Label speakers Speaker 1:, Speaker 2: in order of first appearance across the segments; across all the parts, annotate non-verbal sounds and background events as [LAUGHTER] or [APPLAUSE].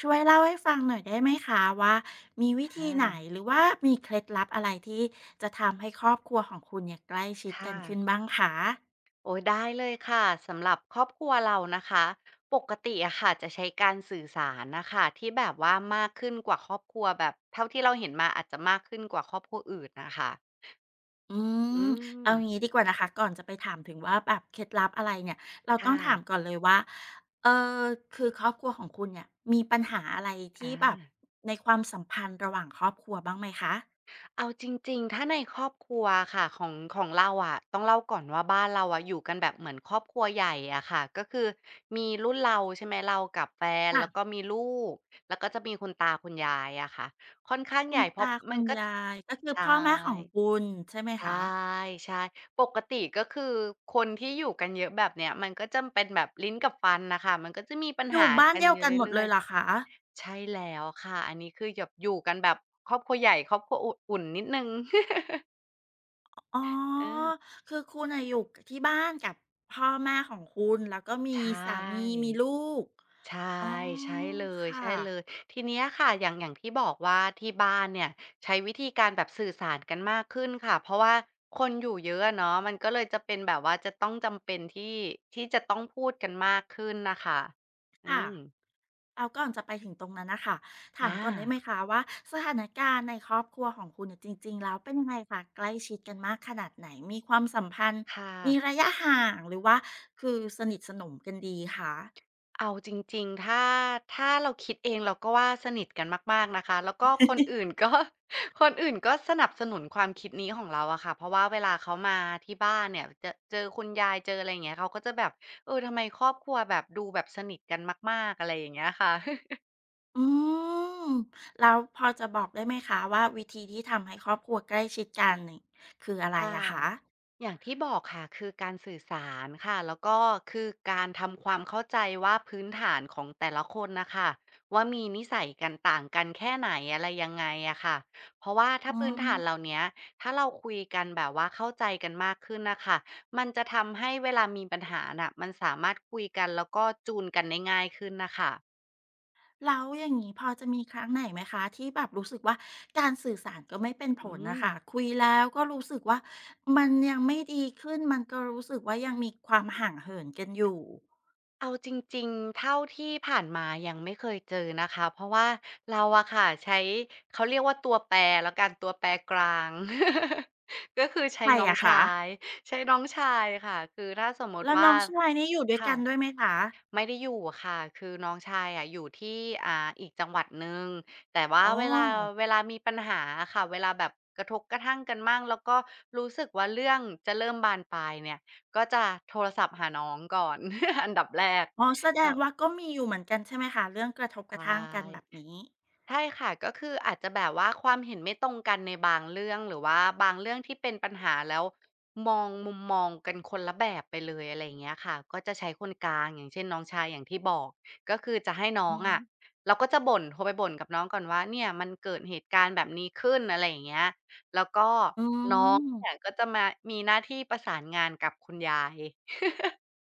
Speaker 1: ช่วยเล่าให้ฟังหน่อยได้ไหมคะว่ามีวิ
Speaker 2: อ
Speaker 1: ธีไหน
Speaker 2: า
Speaker 1: หรือว่ามีเคล็ดลับอะไรที่จะทำให้ครอบครัวของคุณเนี่ยใกล้ชิดกั
Speaker 2: ค่ะ
Speaker 1: นขึ้นบ้างคะ
Speaker 2: โอ้ยได้เลยค่ะสำหรับครอบครัวเรานะคะปกติอะค่ะจะใช้การสื่อสารนะคะที่แบบว่ามากขึ้นกว่าครอบครัวแบบเท่าที่เราเห็นมาอาจจะมากขึ้นกว่าครอบครัวอื่นนะคะ
Speaker 1: อืม
Speaker 2: อื
Speaker 1: เอา
Speaker 2: ม
Speaker 1: งี้ดีกว่านะคะก่อนจะไปถามถึงว่าแบบเคล็ดลับอะไรเนี่ยเราต้องถาม
Speaker 2: ค่ะ
Speaker 1: ก่อนเลยว่าเอ่อคือครอบครัวของคุณเนี่ยมีปัญหาอะไร
Speaker 2: อ
Speaker 1: ที่แบบ
Speaker 2: า
Speaker 1: ในความสัมพันธ์ระหว่างครอบครัวบ้างไหมคะ
Speaker 2: เอาจริงๆถ้าในครอบครัวค่ะของเราอะต้องเล่าก่อนว่าบ้านเราอะอยู่กันแบบเหมือนครอบครัวใหญ่อะค่ะก็คือมีรุ่นเราใช่ไหมเรากับแฟน
Speaker 1: ค่ะ
Speaker 2: แล้วก็มีลูกแล้วก็จะมีคุณตาคุณยายอะค่ะค่อนข้าง
Speaker 1: คุ
Speaker 2: ให
Speaker 1: ณ
Speaker 2: ญ่เพราะ
Speaker 1: ตาคุ
Speaker 2: มัน
Speaker 1: ณ
Speaker 2: ก็
Speaker 1: ยายก็คือ
Speaker 2: ใช
Speaker 1: พ่อแม่ของ
Speaker 2: ่
Speaker 1: คุณใช่ไหม
Speaker 2: ใช่
Speaker 1: คะ
Speaker 2: ใช่ ปกติก็คือคนที่อยู่กันเยอะแบบเนี้ยมันก็จะเป็นแบบลิ้นกับฟันน่ะค่ะมันก็จะมีปัญ
Speaker 1: อยู่
Speaker 2: หา
Speaker 1: บ้าน
Speaker 2: กัน
Speaker 1: เดียว
Speaker 2: อยู่
Speaker 1: กันหมด
Speaker 2: เรื่
Speaker 1: เล
Speaker 2: อ
Speaker 1: ย
Speaker 2: ย
Speaker 1: เหรอคะ
Speaker 2: ๆใช่แล้วค่ะ อันนี้คือแบบอยู่กันแบบครอบครัวใหญ่ครอบครัวอุ่นนิดหนึ่ง [LAUGHS]
Speaker 1: อ๋อ
Speaker 2: เออ
Speaker 1: คือคุณอะอยู่กที่บ้านกับพ่อแม่ของคุณ แล้วก็มี
Speaker 2: ใช่
Speaker 1: สามีมีลูก
Speaker 2: ใช่
Speaker 1: อ๋อ
Speaker 2: ใช่เลย
Speaker 1: ค่ะ
Speaker 2: ใช่เลยทีเนี้ยค่ะอย่างที่บอกว่าที่บ้านเนี่ยใช้วิธีการแบบสื่อสารกันมากขึ้นค่ะเพราะว่าคนอยู่เยอะอะเนาะมันก็เลยจะเป็นแบบว่าจะต้องจำเป็นที่จะต้องพูดกันมากขึ้นน่ะค่ะอื
Speaker 1: ค่ะ
Speaker 2: ม
Speaker 1: แล้วก่อนจะไปถึงตรงนั้นน่ะค่ะถาม
Speaker 2: อา
Speaker 1: ก่อนได้ไหมคะว่าสถานการณ์ในครอบครัวของคุณเนี่ยจริงๆแล้วเป็นยังไงคะใกล้ชิดกันมากขนาดไหน มีความสัมพันธ์
Speaker 2: ค่ะ
Speaker 1: มีระยะห่างหรือว่าคือสนิทสนมกันดีคะ
Speaker 2: เอาจริงๆถ้าเราคิดเองเราก็ว่าสนิทกันมากๆนะคะ แล้วก็คนอื่นก็ [LAUGHS] คนอื่นก็สนับสนุนความคิดนี้ของเราอะค่ะเพราะว่าเวลาเขามาที่บ้านเนี่ยจะเจอคุณยายเจออะไรอย่างเงี้ยเขาก็จะแบบเออทำไมครอบครัวแบบดูแบบสนิทกันมากๆอะไรอย่างเงี้ยค่ะ
Speaker 1: อืมแล้วพอจะบอกได้ไหมคะว่าวิธีที่ทำให้ครอบครัวใกล้ชิดกันนี่คืออะไร
Speaker 2: ค่ะ
Speaker 1: อะคะ
Speaker 2: อย่างที่บอกค่ะคือการสื่อสารค่ะแล้วก็คือการทำความเข้าใจว่าพื้นฐานของแต่ละคนนะคะว่ามีนิสัยกันต่างกันแค่ไหนอะไรยังไงอะค่ะเพราะว่าถ้า
Speaker 1: อื
Speaker 2: พื้นฐานเหล่า
Speaker 1: ม
Speaker 2: เนี้ยถ้าเราคุยกันแบบว่าเข้าใจกันมากขึ้นนะคะมันจะทำให้เวลามีปัญหาน่ะมันสามารถคุยกันแล้วก็จูนกันได้ง่ายขึ้นนะคะ
Speaker 1: แล้วอย่างงี้พอจะมีครั้งไหนไหมคะที่แบบรู้สึกว่าการสื่อสารก็ไม่เป็นผ
Speaker 2: อื
Speaker 1: ลน่ะ
Speaker 2: ม
Speaker 1: ค่ะคุยแล้วก็รู้สึกว่ามันยังไม่ดีขึ้นมันก็รู้สึกว่ายังมีความห่างเหินกันอยู่
Speaker 2: เอาจริงๆเท่าที่ผ่านมายังไม่เคยเจอนะคะเพราะว่าเราอะค่ะใช้เขาเรียกว่าตัวแปรแล้วกันตัวแปรกลาง [LAUGHS] ก็คือใช้
Speaker 1: ใคร
Speaker 2: น้อง
Speaker 1: อะ
Speaker 2: ชา
Speaker 1: คะ
Speaker 2: ยใช้น้องชายค่ะคือถ้าสมมติ
Speaker 1: แล้วน้
Speaker 2: ว่า
Speaker 1: องชายนี่อยู่ด้วยกันด้วย
Speaker 2: ค่ะ
Speaker 1: ไหมคะ
Speaker 2: ไม่ได้อยู่อะค่ะคือน้องชายอะอยู่ที่อ่าอีกจังหวัดหนึ่งแต่ว่า
Speaker 1: อ๋อ
Speaker 2: เวลามีปัญหาอะค่ะเวลาแบบกระทบกระทั่งกันมั่งแล้วก็รู้สึกว่าเรื่องจะเริ่มบานปลายเนี่ยก็จะโทรศัพท์หาน้องก่อน [LAUGHS] อันดับแรก
Speaker 1: อ๋อแสดงว่าก็มีอยู่เหมือนกันใช่ไหมคะเรื่องกระทบกระ
Speaker 2: ใช่
Speaker 1: ทั่งกันแบบนี้
Speaker 2: ใช่ค่ะก็คืออาจจะแบบว่าความเห็นไม่ตรงกันในบางเรื่องหรือว่าบางเรื่องที่เป็นปัญหาแล้วมองมุมมองกันคนละแบบไปเลยอะไรอย่างเงี้ยค่ะก็จะใช้คนกลางอย่างเช่นน้องชายอย่างที่บอกก็คือจะให้น้อ
Speaker 1: อื
Speaker 2: ง
Speaker 1: ม
Speaker 2: อะเราก็จะบ่นโทรไปบ่นกับน้องก่อนว่าเนี่ยมันเกิดเหตุการณ์แบบนี้ขึ้นอะไรอย่างเงี้ยแล้วก็
Speaker 1: อื
Speaker 2: น้องเนี่ย
Speaker 1: ม
Speaker 2: ก็จะมามีหน้าที่ประสานงานกับคุณยาย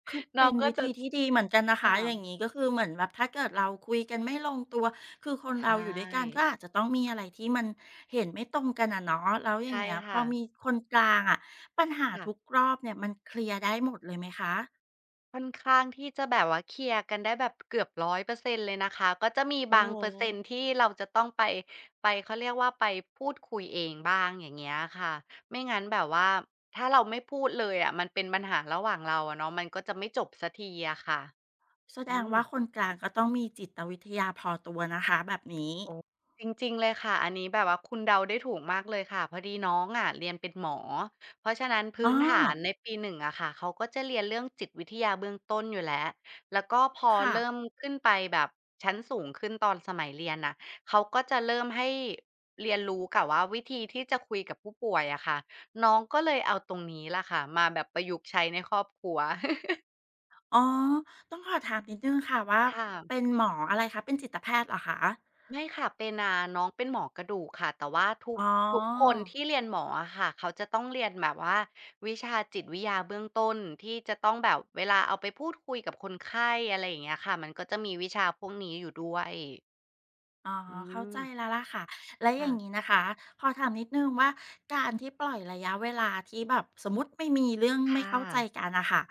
Speaker 1: คือ
Speaker 2: น้อ
Speaker 1: เป็
Speaker 2: ง
Speaker 1: น
Speaker 2: ก็
Speaker 1: วิ
Speaker 2: จะ
Speaker 1: ธีที่ดีเหมือนกันนะ
Speaker 2: ค่ะ
Speaker 1: คะอย่างนี้ก็คือเหมือนแบบถ้าเกิดเราคุยกันไม่ลงตัวคือคนเราอยู่
Speaker 2: ใช่
Speaker 1: ด้วยกันก็อาจจะต้องมีอะไรที่มันเห็นไม่ตรงกันอะเนาะแล้วอย่าง
Speaker 2: ใช่
Speaker 1: เงี้ยพอ
Speaker 2: ค่ะ
Speaker 1: มีคนกลางอะปัญหา
Speaker 2: ค่ะ
Speaker 1: ทุกรอบเนี่ยมันเคลียร์ได้หมดเลยไหมคะ
Speaker 2: ค่อนข้างที่จะแบบว่าเคลียร์กันได้แบบเกือบ100%เปอร์เซ็นต์เลยนะคะก็จะมี
Speaker 1: โอ้
Speaker 2: บาง
Speaker 1: โฮ
Speaker 2: เปอร์เซ็นต์ที่เราจะต้องไปเขาเรียกว่าไปพูดคุยเองบ้างอย่างเงี้ยค่ะไม่งั้นแบบว่าถ้าเราไม่พูดเลยอะมันเป็นปัญหาระหว่างเราอะเนาะมันก็จะไม่จบสักทีอะค่ะ
Speaker 1: แสด
Speaker 2: อื
Speaker 1: ง
Speaker 2: ม
Speaker 1: ว่าคนกลางก็ต้องมีจิตวิทยาพอตัวนะคะแบบนี้
Speaker 2: โอ้จริงๆเลยค่ะอันนี้แบบว่าคุณเดาได้ถูกมากเลยค่ะพอดีน้องอะเรียนเป็นหมอเพราะฉะนั้น
Speaker 1: อ๋
Speaker 2: พื้
Speaker 1: อ
Speaker 2: นฐานในปี1อะค่ะเขาก็จะเรียนเรื่องจิตวิทยาเบื้องต้นอยู่แล้วแล้วก็พอ
Speaker 1: ค่ะ
Speaker 2: เริ่มขึ้นไปแบบชั้นสูงขึ้นตอนสมัยเรียนน่ะเขาก็จะเริ่มให้เรียนรู้กับว่าวิธีที่จะคุยกับผู้ป่วยอะค่ะน้องก็เลยเอาตรงนี้ล่ะค่ะมาแบบประยุกต์ใช้ในครอบครัว [LAUGHS]
Speaker 1: อ๋อต้องขอถามนิดนึงค่ะว่า
Speaker 2: ค่ะ
Speaker 1: เป็นหมออะไรคะเป็นจิตแพทย์เหรอคะ
Speaker 2: ไม่ค่ะเป็นอ่าน้องเป็นหมอกระดูกค่ะแต่ว่าทุ
Speaker 1: อ๋
Speaker 2: ก
Speaker 1: อ
Speaker 2: ทุกคนที่เรียนหมออะค่ะเขาจะต้องเรียนแบบว่าวิชาจิตวิทยาเบื้องต้นที่จะต้องแบบเวลาเอาไปพูดคุยกับคนไข้อะไรอย่างเงี้ยค่ะมันก็จะมีวิชาพวกนี้อยู่ด้วย
Speaker 1: อ๋อ
Speaker 2: อื
Speaker 1: เข้าใจ
Speaker 2: ม
Speaker 1: แล้วล่ะค่ะแล้วอย่างนี้
Speaker 2: ค่ะ
Speaker 1: นะคะขอถามนิดนึงว่าการที่ปล่อยระยะเวลาที่แบบสมมติไม่มีเรื่องไม่
Speaker 2: ค่ะ
Speaker 1: เข้าใจกันนะคะ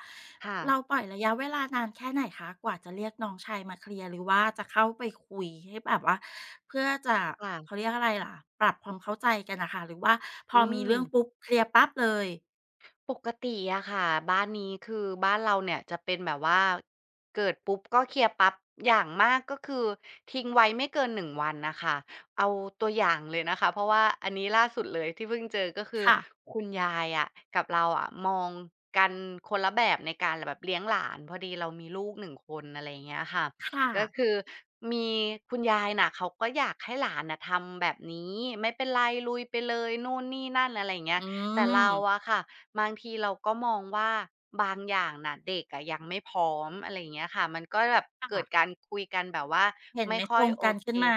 Speaker 2: ค่ะ
Speaker 1: เราปล่อยระยะเวลานานแค่ไหนคะกว่าจะเรียกน้องชายมาเคลียร์หรือว่าจะเข้าไปคุยให้แบบว่าเพื่อจะเขา
Speaker 2: ค่ะ
Speaker 1: เรียกอะไรล่ะปรับความเข้าใจกันนะคะหรือว่าพอ
Speaker 2: อื
Speaker 1: มี
Speaker 2: ม
Speaker 1: เรื่องปุ๊บเคลียร์ปั๊บเลย
Speaker 2: ปกติอะค่ะบ้านนี้คือบ้านเราเนี่ยจะเป็นแบบว่าเกิดปุ๊บก็เคลียร์ปั๊บอย่างมากก็คือทิ้งไว้ไม่เกินหนึ่งวันน่ะค่ะเอาตัวอย่างเลยนะคะเพราะว่าอันนี้ล่าสุดเลยที่เพิ่งเจอก็คือ
Speaker 1: ค่ะ
Speaker 2: คุณยายอะกับเราอะมองกันคนละแบบในการแบบเลี้ยงหลานพอดีเรามีลูกหนึ่งคนอะไรอย่างเงี้ยค่ะ
Speaker 1: ค่ะ
Speaker 2: ก็คือมีคุณยายน่ะเขาก็อยากให้หลานน่ะทำแบบนี้ไม่เป็นไรลุยไปเลยนู่นนี่นั่นอะไรอย่างเงี้ย
Speaker 1: อื
Speaker 2: แต่
Speaker 1: ม
Speaker 2: เราอะค่ะ บางทีเราก็มองว่าบางอย่างน่ะเด็กอะยังไม่พร้อมอะไรอย่างเงี้ยค่ะมันก็แบบเกิด
Speaker 1: ค่ะ
Speaker 2: การคุยกันแบบว่า
Speaker 1: เห็นไห
Speaker 2: ไม่
Speaker 1: มต
Speaker 2: ค่อ
Speaker 1: ร
Speaker 2: ย
Speaker 1: ง
Speaker 2: โอ
Speaker 1: กัน
Speaker 2: เค
Speaker 1: ขึ้นมา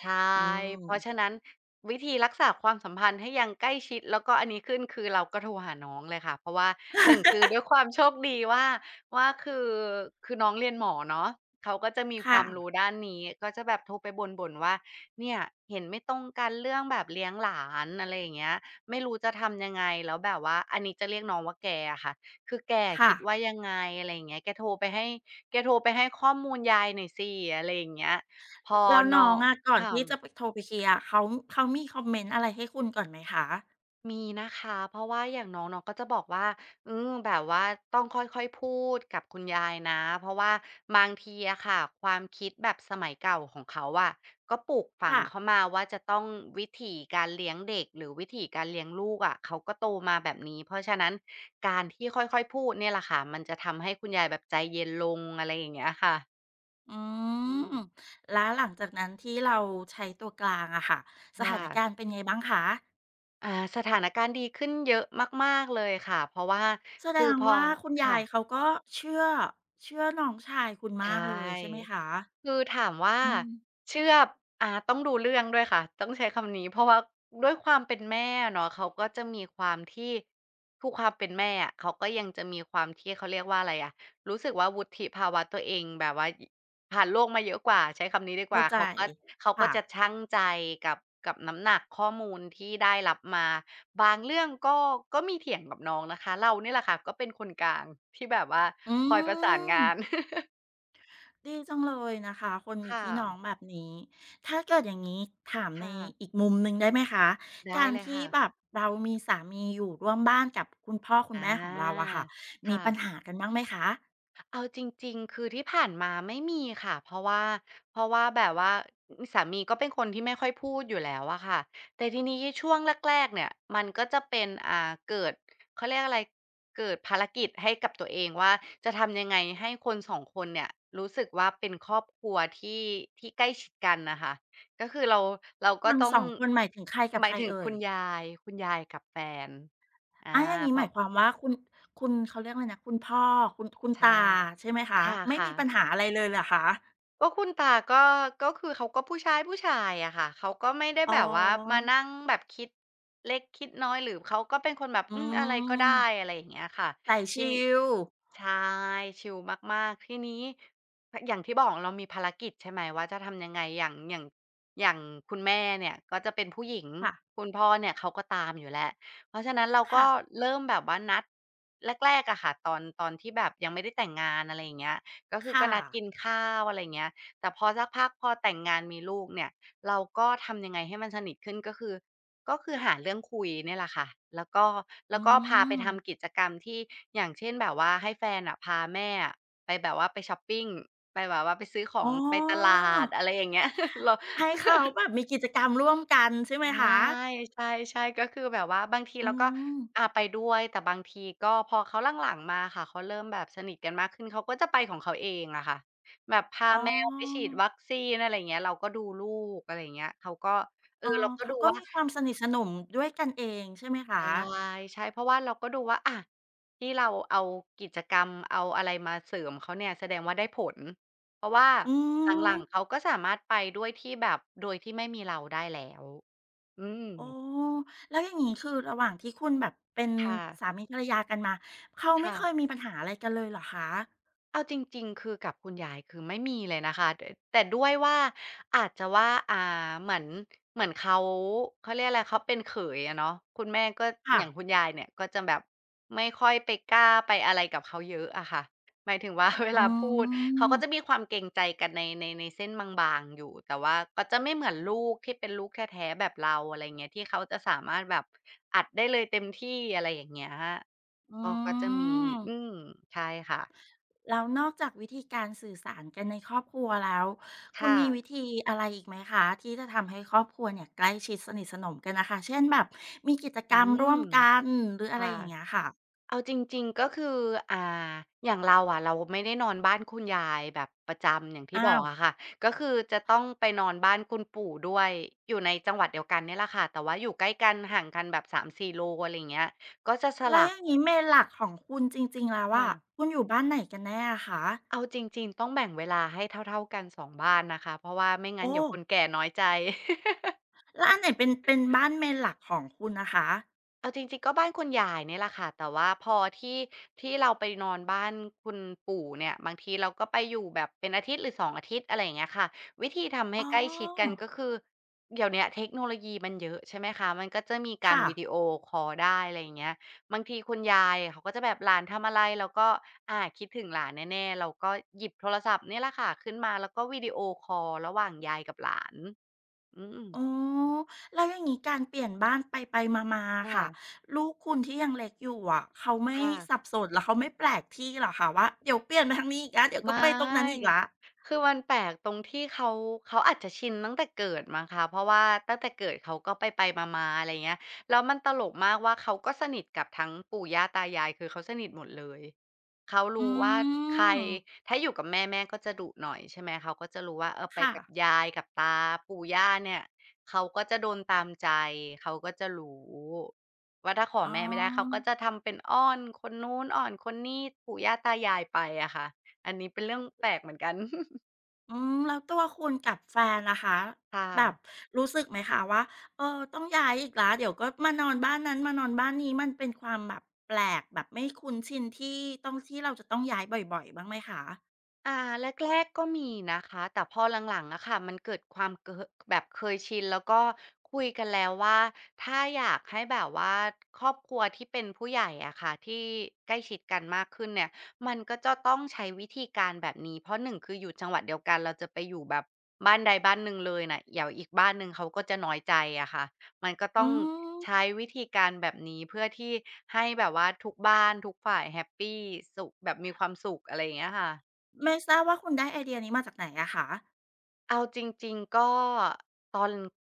Speaker 2: ใช่
Speaker 1: อื
Speaker 2: เพราะ
Speaker 1: ม
Speaker 2: ฉะนั้นวิธีรักษาความสัมพันธ์ให้ยังใกล้ชิดแล้วก็อันนี้ขึ้นคือเราก็โทรหาน้องเลยค่ะเพราะว่า1คือด้ว
Speaker 1: [LAUGHS]
Speaker 2: ยความโชคดีว่าว่าคือคือน้องเรียนหมอเนาะเขาก็จะมีค
Speaker 1: ค่ะ
Speaker 2: วามรู้ด้านนี้ก็จะแบบโทรไปบ่นๆว่าเนี่ยเห็นไม่ตรงกันเรื่องแบบเลี้ยงหลานอะไรอย่างเงี้ยไม่รู้จะทำยังไงแล้วแบบว่าอันนี้จะเรียกน้องว่าแกอะค่ะคือแกอะ
Speaker 1: ค่ะ
Speaker 2: คิดว่ายังไงอะไรอย่างเงี้ยแกโทรไปให้แกโทรไปให้ข้อมูลยายหน่อยสิอะไรอย่างเงี้ยพอ
Speaker 1: แล้ว
Speaker 2: น้อ
Speaker 1: น้อง
Speaker 2: ง
Speaker 1: อะก่อน
Speaker 2: ค่ะ
Speaker 1: ที่จะไปโทรไปเคลียร์เขาเขามีคอมเมนต์อะไรให้คุณก่อนไหมคะ
Speaker 2: มีนะคะเพราะว่าอย่างน้องน้องก็จะบอกว่าแบบว่าต้องค่อยๆพูดกับคุณยายนะเพราะว่าบางทีอะค่ะความคิดแบบสมัยเก่าของเขาอะก็ปลูกฝัง
Speaker 1: ค่ะ
Speaker 2: เขามาว่าจะต้องวิถีการเลี้ยงเด็กหรือวิถีการเลี้ยงลูกอะเขาก็โตมาแบบนี้เพราะฉะนั้นการที่ค่อยๆพูดเนี่ยแหละค่ะมันจะทำให้คุณยายแบบใจเย็นลงอะไรอย่างเงี้ยค่ะ
Speaker 1: อื
Speaker 2: อืม
Speaker 1: มแล้วหลังจากนั้นที่เราใช้ตัวกลางอะค่ะสถา
Speaker 2: ค่ะ
Speaker 1: นการณ์เป็นไงบ้างคะ
Speaker 2: อ่าสถานการณ์ดีขึ้นเยอะมากๆเลยค่ะเพราะว่า
Speaker 1: แสด
Speaker 2: คือ
Speaker 1: ง
Speaker 2: พอ
Speaker 1: ว่าคุณยา
Speaker 2: ค่ะ
Speaker 1: ยเขาก็เชื่อเชื่อน้องชายคุณ
Speaker 2: ใช
Speaker 1: มากเลยใช่ไหม
Speaker 2: ่
Speaker 1: คะ
Speaker 2: คือถามว่า
Speaker 1: อืม
Speaker 2: เชื่อต้องดูเรื่องด้วยค่ะต้องใช้คำนี้เพราะว่าด้วยความเป็นแม่อะเนาะเขาก็จะมีความที่คือความเป็นแม่อะเขาก็ยังจะมีความที่เขาเรียกว่าอะไรอะรู้สึกว่าวุฒิภาวะตัวเองแบบว่ายผ่านโลกมาเยอะกว่าใช้คำนี้ดีก
Speaker 1: เข้า
Speaker 2: ว่า
Speaker 1: ใจ
Speaker 2: เขาก็
Speaker 1: ค่ะ
Speaker 2: จะชั่งใจกับกับน้ำหนักข้อมูลที่ได้รับมาบางเรื่องก็มีเถียงกับน้องนะคะเราเนี่ยแหละค่ะก็เป็นคนกลางที่แบบว่า
Speaker 1: อื
Speaker 2: คอยประสาน
Speaker 1: ม
Speaker 2: งาน
Speaker 1: ดีจังเลยนะคะคนมี
Speaker 2: ค่ะ
Speaker 1: พี่น้องแบบนี้ถ้าเกิดอย่างนี้ถามใน
Speaker 2: ค่ะ
Speaker 1: อีกมุมหนึ่งได้ไหมคะ
Speaker 2: ได้
Speaker 1: การ
Speaker 2: เลย
Speaker 1: ที่
Speaker 2: ค่ะ
Speaker 1: แบบเรามีสามีอยู่ร่วมบ้านกับคุณพ่อคุณ
Speaker 2: อา
Speaker 1: แม่ของเราอะค่ะมี
Speaker 2: ค่ะ
Speaker 1: ปัญหากันบ้างไหมคะ
Speaker 2: เอาจริงๆ คือที่ผ่านมาไม่มีค่ะเพราะว่าแบบว่าอสามีก็เป็นคนที่ไม่ค่อยพูดอยู่แล้วอะค่ะแต่ทีนี้ช่วงแรกๆเนี่ยมันก็จะเป็นเกิดเขาเรียกอะไรเกิดภารกิจให้กับตัวเองว่าจะทำยังไงให้คนสองคนเนี่ยรู้สึกว่าเป็นครอบครัวที่ที่ใกล้ชิดกันน่ะค่ะก็คือเราเรา
Speaker 1: ค
Speaker 2: ก็
Speaker 1: น
Speaker 2: ต้อง
Speaker 1: 2คนหมายถึงใครกับ
Speaker 2: ห
Speaker 1: ใค
Speaker 2: มาย
Speaker 1: ร
Speaker 2: ถึง
Speaker 1: เอ่ย
Speaker 2: คุณยายกับแฟนอา
Speaker 1: อาอย่างนี้
Speaker 2: เพ
Speaker 1: หมาย
Speaker 2: ราะ
Speaker 1: ความว่าคุณเขาเรียกอะไรนะคุณพ่อคุณ
Speaker 2: ใช่
Speaker 1: ตาใช่ไหมคะไม่มี
Speaker 2: ค่ะ
Speaker 1: ปัญหา
Speaker 2: ๆ
Speaker 1: อะไรเลยเหรอคะ
Speaker 2: ก็คุณตาก็ก็คือเขาก็ผู้ชายอะค่ะเขาก็ไม่ได้
Speaker 1: อ๋
Speaker 2: แบบว่ามา
Speaker 1: อ
Speaker 2: นั่งแบบคิดเล็กคิดน้อยหรือเขาก็เป็นคนแบบ
Speaker 1: อื
Speaker 2: อืมอะไรก็ได้
Speaker 1: ม
Speaker 2: อะไรอย่างเงี้ยค่ะ
Speaker 1: ใส่
Speaker 2: ที
Speaker 1: ชิ
Speaker 2: นี้
Speaker 1: ล
Speaker 2: ใช่ชิลมากๆทีนี้พอย่างที่บอกเรามีภารกิจใช่ไหมว่าจะทำยังไงอย่างคุณแม่เนี่ยก็จะเป็นผู้หญิง
Speaker 1: ค่ะ
Speaker 2: คุณพ่อเนี่ยเขาก็ตามอยู่แล้วเพราะฉะนั้นเราก็
Speaker 1: ค่ะ
Speaker 2: เริ่มแบบว่านัดแรกๆอะค่ะตอนที่แบบยังไม่ได้แต่งงานอะไรอย่างเงี้ยก็คือ
Speaker 1: ค่ะ
Speaker 2: นัดกินข้าวอะไรอย่างเงี้ยแต่พอสักพักพอแต่งงานมีลูกเนี่ยเราก็ทำยังไงให้มันสนิทขึ้นก็คือ ก็คือหาเรื่องคุยเนี่ยแหละค่ะแล้วก็แล้
Speaker 1: อื
Speaker 2: วก็พาไป
Speaker 1: ม
Speaker 2: ทำกิจกรรมที่อย่างเช่นแบบว่าให้แฟนอะพาแม่อะไปแบบว่าไปช็อปปิงไปแบบว่าไปซื้อขอ
Speaker 1: อ๋
Speaker 2: งไปต
Speaker 1: อ
Speaker 2: ลาดอะไรอย่างเงี้ย [LAUGHS] เรา
Speaker 1: ให้เขาแบบมีกิจกรรมร่วมกันใช่ไหม
Speaker 2: ใช่
Speaker 1: คะ
Speaker 2: ใช่ๆก็คือแบบว่าบางที
Speaker 1: อื
Speaker 2: เราก็อา
Speaker 1: ม
Speaker 2: ไปด้วยแต่บางทีก็พอเขาหลังๆมาค่ะเขาเริ่มแบบสนิทกันมากขึ้นเขาก็จะไปของเขาเองอะค่ะแบบพา
Speaker 1: อ๋
Speaker 2: แมวไปฉี
Speaker 1: อ
Speaker 2: ดวัคซีนอะไรอย่างเงี้ยเราก็ดูลูกอะไรอย่างเงี้ยเขาก็เอ
Speaker 1: อ๋
Speaker 2: อ
Speaker 1: อ
Speaker 2: เราก็
Speaker 1: เขา
Speaker 2: ดู
Speaker 1: ก็
Speaker 2: ว่า
Speaker 1: มีความสนิทสนมด้วยกันเองใช่ไหมคะ
Speaker 2: ใช่ใช่เพราะว่าเราก็ดูว่าอะที่เราเอากิจกรรมเอาอะไรมาเสริมเขาเนี่ยแสดงว่าได้ผลเพราะว่า
Speaker 1: อื
Speaker 2: หลั
Speaker 1: ม
Speaker 2: งๆเขาก็สามารถไปด้วยที่แบบโดยที่ไม่มีเราได้แล้วอืม
Speaker 1: อ๋อแล้วอย่างงี้คือระหว่างที่คุณแบบเป็น
Speaker 2: ค่ะ
Speaker 1: สามีภรรยากันมาเขาไม่
Speaker 2: ค่ะ
Speaker 1: เคยมีปัญหาอะไรกันเลยเหรอคะ
Speaker 2: เอาจริงๆคือกับคุณยายคือไม่มีเลยนะคะดแต่ด้วยว่าอาจจะว่าาเหมือนเหมือนเขาเรียกอะไรเขาเป็นเขยอะเนาะคุณแม่ก็
Speaker 1: ค่ะ
Speaker 2: อย่างคุณยายเนี่ยก็จะแบบไม่ค่อยไปกล้าไปอะไรกับเขาเยอะอะค่ะหมายถึงว่า [LAUGHS] เว
Speaker 1: อื
Speaker 2: ลาพูดเขา
Speaker 1: ม
Speaker 2: ก็จะมีความเกรงใจกันในเส้นบางๆอยู่แต่ว่าก็จะไม่เหมือนลูกที่เป็นลูกแท้ๆแบบเราอะไรเงี้ยที่เขาจะสามารถแบบอัดได้เลยเต็มที่อะไรอย่างเงี้ย
Speaker 1: อื
Speaker 2: ก็จะมี
Speaker 1: ม
Speaker 2: อืมใช่ค่ะ
Speaker 1: แล้วนอกจากวิธีการสื่อสารกันในครอบครัวแล้ว คุณ
Speaker 2: ค่ะ
Speaker 1: มีวิธีอะไรอีกไหมคะที่จะทำให้ครอบครัวเนี่ยใกล้ชิดสนิทสนมกันนะคะ เช่นแบบมีกิจก
Speaker 2: อื
Speaker 1: รรมร่ว
Speaker 2: ม
Speaker 1: มกันหรืออะไร
Speaker 2: ค่ะ
Speaker 1: อย่างเงี้ยค่ะ
Speaker 2: เอาจริงๆก็คืออ่าอย่างเราอะเราไม่ได้นอนบ้านคุณยายแบบประจำอย่างที่บ
Speaker 1: อ้า
Speaker 2: อก
Speaker 1: ว
Speaker 2: อะค่ะก็คือจะต้องไปนอนบ้านคุณปู่ด้วยอยู่ในจังหวัดเดียวกันเนี่ยแหละค่ะแต่ว่าอยู่ใกล้กันห่างกันแบบ3-4โลอะไรอย่างเงี้ยก็จะส
Speaker 1: แล้ว
Speaker 2: ลั
Speaker 1: อ
Speaker 2: บ
Speaker 1: ย่างนี้เมนหลักของคุณจริงๆแล้วอะ
Speaker 2: ค่ะ
Speaker 1: คุณอยู่บ้านไหนกันแน่อะคะ
Speaker 2: เอาจริงๆต้องแบ่งเวลาให้เท่าๆกัน2บ้านนะคะเพราะว่าไม่งั้
Speaker 1: โอ้
Speaker 2: นเดี๋ยวคนแก่น้อยใจ
Speaker 1: แล้วอันไหนเป็นเป็นบ้านเมนหลักของคุณนะคะ
Speaker 2: เอาจริงๆก็บ้านคุณยายเนี่ยแหละค่ะแต่ว่าพอที่เราไปนอนบ้านคุณปู่เนี่ยบางทีเราก็ไปอยู่แบบเป็นอาทิตย์หรือ2องอาทิตย์อะไรอย่างเงี้ยค่ะวิธีทำ
Speaker 1: อ๋
Speaker 2: ให้ใกล้ชิดกัน
Speaker 1: อ
Speaker 2: ก็คือเดี๋ยวเนี้ยเทคโนโลยีมันเยอะใช่ไหมคะมันก็จะมีการ
Speaker 1: ค่ะ
Speaker 2: วิดีโอคอลได้อะไรอย่างเงี้ยบางทีคุณยายเขาก็จะแบบหลานทำอะไรเราก็อาคิดถึงหลานแน่ๆเราก็หยิบโทรศัพท์เนี่ยแหละค่ะขึ้นมาแล้วก็วิดีโอคอลระหว่างยายกับหลานอืม
Speaker 1: อ๋อแล้วอย่างนี้การเปลี่ยนบ้านไปมาๆอะค่ะ
Speaker 2: ค่ะ
Speaker 1: ลูกคุณที่ยังเล็กอยู่อะเขาไม่
Speaker 2: ค่ะ
Speaker 1: สับสนแล้วเขาไม่แปลกที่เหรอคะว่าเดี๋ยวเปลี่ยนไปทางนี้อีกแล้วเดี๋ยว
Speaker 2: ไม
Speaker 1: ก็ไปตรงนั้นอีก
Speaker 2: ่
Speaker 1: ละ
Speaker 2: คือมันแปลกตรงที่เขาอาจจะชินตั้งแต่เกิดมั้งคะเพราะว่าตั้งแต่เกิดเขาก็ไปๆมาๆอะไรเงี้ยแล้วมันตลกมากว่าเขาก็สนิทกับทั้งปู่ย่าตายายคือเขาสนิทหมดเลยเขา
Speaker 1: อื
Speaker 2: รู้ว่าใคร
Speaker 1: ม
Speaker 2: ถ้าอยู่กับแม่แม่ก็จะดุหน่อยใช่ไหมเขาก็จะรู้ว่าเออไป
Speaker 1: ค่ะ
Speaker 2: กับยายกับตาปู่ย่าเนี่ยเขาก็จะโดนตามใจเขาก็จะรู้ว่าถ้าขอ
Speaker 1: อ๋
Speaker 2: แม่ไม่ได้เขาก็
Speaker 1: อ
Speaker 2: จะทำเป็นอ้อนคนนู้นอ้อนคนนี้ปู่ย่าตายายไปอะค่ะ อันนี้เป็นเรื่องแปลกเหมือนกัน [LAUGHS]
Speaker 1: อืมแล้วตัวคุณกับแฟนละคะแบบ
Speaker 2: ค่ะ
Speaker 1: รู้สึกไหมคะว่าเออต้องย้ายอีกละเดี๋ยวก็มานอนบ้านนั้นมานอนบ้านนี้มันเป็นความแบบแปลกแบบไม่คุ้นชินที่ต้องที่เราจะต้องย้ายบ่อยๆบ้างไหมคะ
Speaker 2: อาแรกๆก็มีนะคะแต่พอหลังๆอะค่ะมันเกิดความเกอะแบบเคยชินแล้วก็คุยกันแล้วว่าถ้าอยากให้แบบว่าครอบครัวที่เป็นผู้ใหญ่อะค่ะที่ใกล้ชิดกันมากขึ้นเนี่ยมันก็จะต้องใช้วิธีการแบบนี้เพราะหนึ่งคืออยู่จังหวัดเดียวกันเราจะไปอยู่แบบบ้านใดบ้านหนึ่งเลยน่ะเดี๋ยวอีกบ้านหนึ่งเขาก็จะน้อยใจอะค่ะมันก็ต้อ
Speaker 1: อื
Speaker 2: ง
Speaker 1: ม
Speaker 2: ใช้วิธีการแบบนี้เพื่อที่ให้แบบว่าทุกบ้านทุกฝ่ายแฮปปีสุขแบบมีความสุขอะไรอย่างเงี้ยค่ะ
Speaker 1: ไม่ทราบว่าคุณได้ไอเดียนี้มาจากไหนอะคะ
Speaker 2: เอาจริงๆก็ตอน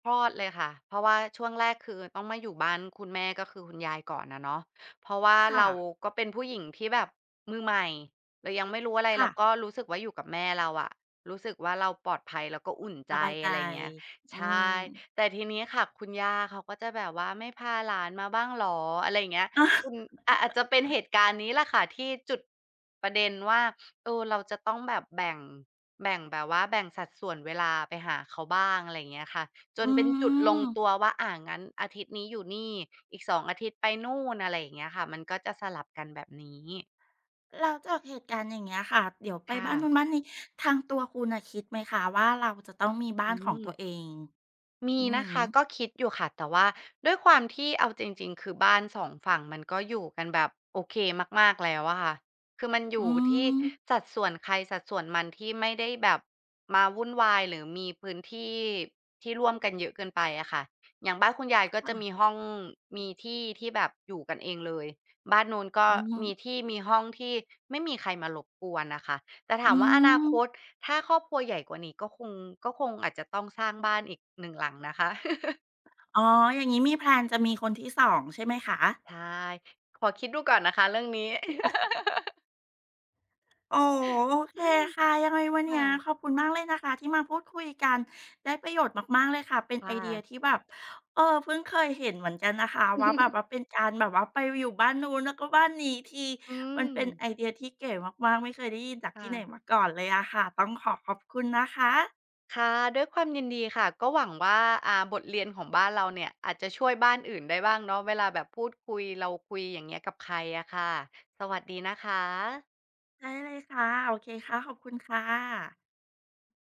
Speaker 2: คลอดเลยค่ะเพราะว่าช่วงแรกคือต้องมาอยู่บ้านคุณแม่ก็คือคุณยายก่อนอะเนาะเพราะว่า
Speaker 1: ค่ะ
Speaker 2: เราก็เป็นผู้หญิงที่แบบมือใหม่เรายังไม่รู้อะไร
Speaker 1: ค่ะ
Speaker 2: เราก็รู้สึกว่าอยู่กับแม่เราอะรู้สึกว่าเราปลอดภัยแล้วก็อุ่น
Speaker 1: ส
Speaker 2: ใจ
Speaker 1: บายใจ
Speaker 2: อะไรอย่างเงี้ย
Speaker 1: อื
Speaker 2: ใช่
Speaker 1: ม
Speaker 2: แต่ทีนี้ค่ะคุณย่าเขาก็จะแบบว่าไม่พาหลานมาบ้างเหรออะไรอย่างเงี้ย
Speaker 1: อา
Speaker 2: คุณอาจจะเป็นเหตุการณ์นี้แหละค่ะที่จุดประเด็นว่า เออเราจะต้องแบบแบ่งแบบว่าแบ่งสัดส่วนเวลาไปหาเขาบ้างอะไรอย่างเงี้ยค่ะจน
Speaker 1: อื
Speaker 2: เป็นจุดลง
Speaker 1: ม
Speaker 2: ตัวว่างั้นอาทิตย์นี้อยู่นี่อีก2องอาทิตย์ไปนู่นอะไรอย่างเงี้ยค่ะมันก็จะสลับกันแบบนี้
Speaker 1: แล้วจากเหตุการณ์อย่างเงี้ยค่ะเดี๋ยวไป
Speaker 2: ค่ะ
Speaker 1: บ้านนู้นบ้านนี้ทางตัวคุณน่ะคิดไหมคะว่าเราจะต้องมีบ้า
Speaker 2: อื
Speaker 1: นของ
Speaker 2: ม
Speaker 1: ตัวเอง
Speaker 2: มี
Speaker 1: อือ
Speaker 2: นะ
Speaker 1: ฮึ
Speaker 2: คะก็คิดอยู่ค่ะแต่ว่าด้วยความที่เอาจริงๆคือบ้านสองฝั่งมันก็อยู่กันแบบโอเคมากๆแล้วอะค่ะคือมันอ
Speaker 1: อื
Speaker 2: ยู่ที่
Speaker 1: ม
Speaker 2: สัดส่วนใครสัดส่วนมันที่ไม่ได้แบบมาวุ่นวายหรือมีพื้นที่ที่ร่วมกันเยอะเกินไปอะค่ะอย่างบ้านคุณยายก็จะมี
Speaker 1: ค่ะ
Speaker 2: ห้องมีที่ที่แบบอยู่กันเองเลยบ้านนู้นก็
Speaker 1: อือฮึ
Speaker 2: มีที่มีห้องที่ไม่มีใครมารบกวนน่ะค่ะ แต่ถาม
Speaker 1: อื
Speaker 2: ว่าอนา
Speaker 1: ม
Speaker 2: คตถ้าครอบครัวใหญ่กว่านี้ก็คงอาจจะต้องสร้างบ้านอีกหนึ่งหลังนะคะ
Speaker 1: อ๋ออย่างงี้มีแพลนจะมีคนที่สองใช่ไหมคะ
Speaker 2: ใช่ขอคิดดูก่อนนะคะเรื่องนี้
Speaker 1: อ๋อโอเค
Speaker 2: อืม
Speaker 1: ค่ะยังไงวันเนี้
Speaker 2: ค่ะ
Speaker 1: ยขอบคุณมากเลยนะคะที่มาพูดคุยกันได้ประโยชน์มากๆเลยค่ะเป็นไอ
Speaker 2: ค่ะ
Speaker 1: เดียที่แบบเออเพิ่งเคยเห็นเหมือนกันนะคะว่าแบบว่าเป็นการแบบว่าไปอยู่บ้านนู้นแล้วก็บ้านนี้ที
Speaker 2: อื
Speaker 1: มัน
Speaker 2: ม
Speaker 1: เป็นไอเดียที่เก๋มากๆไม่เคยได้ยินจากที่
Speaker 2: ค่ะ
Speaker 1: ไหนมาก่อนเลยอะค่ะต้องขอขอบคุณนะคะ
Speaker 2: ค่ะด้วยความยินดีค่ะก็หวังว่าบทเรียนของบ้านเราเนี่ยอาจจะช่วยบ้านอื่นได้บ้างเนาะเวลาแบบพูดคุยเราคุยอย่างเงี้ยกับใครอะค่ะสวัสดีนะคะ
Speaker 1: ได้เลยค่ะโอเคค่ะขอบคุณค่ะ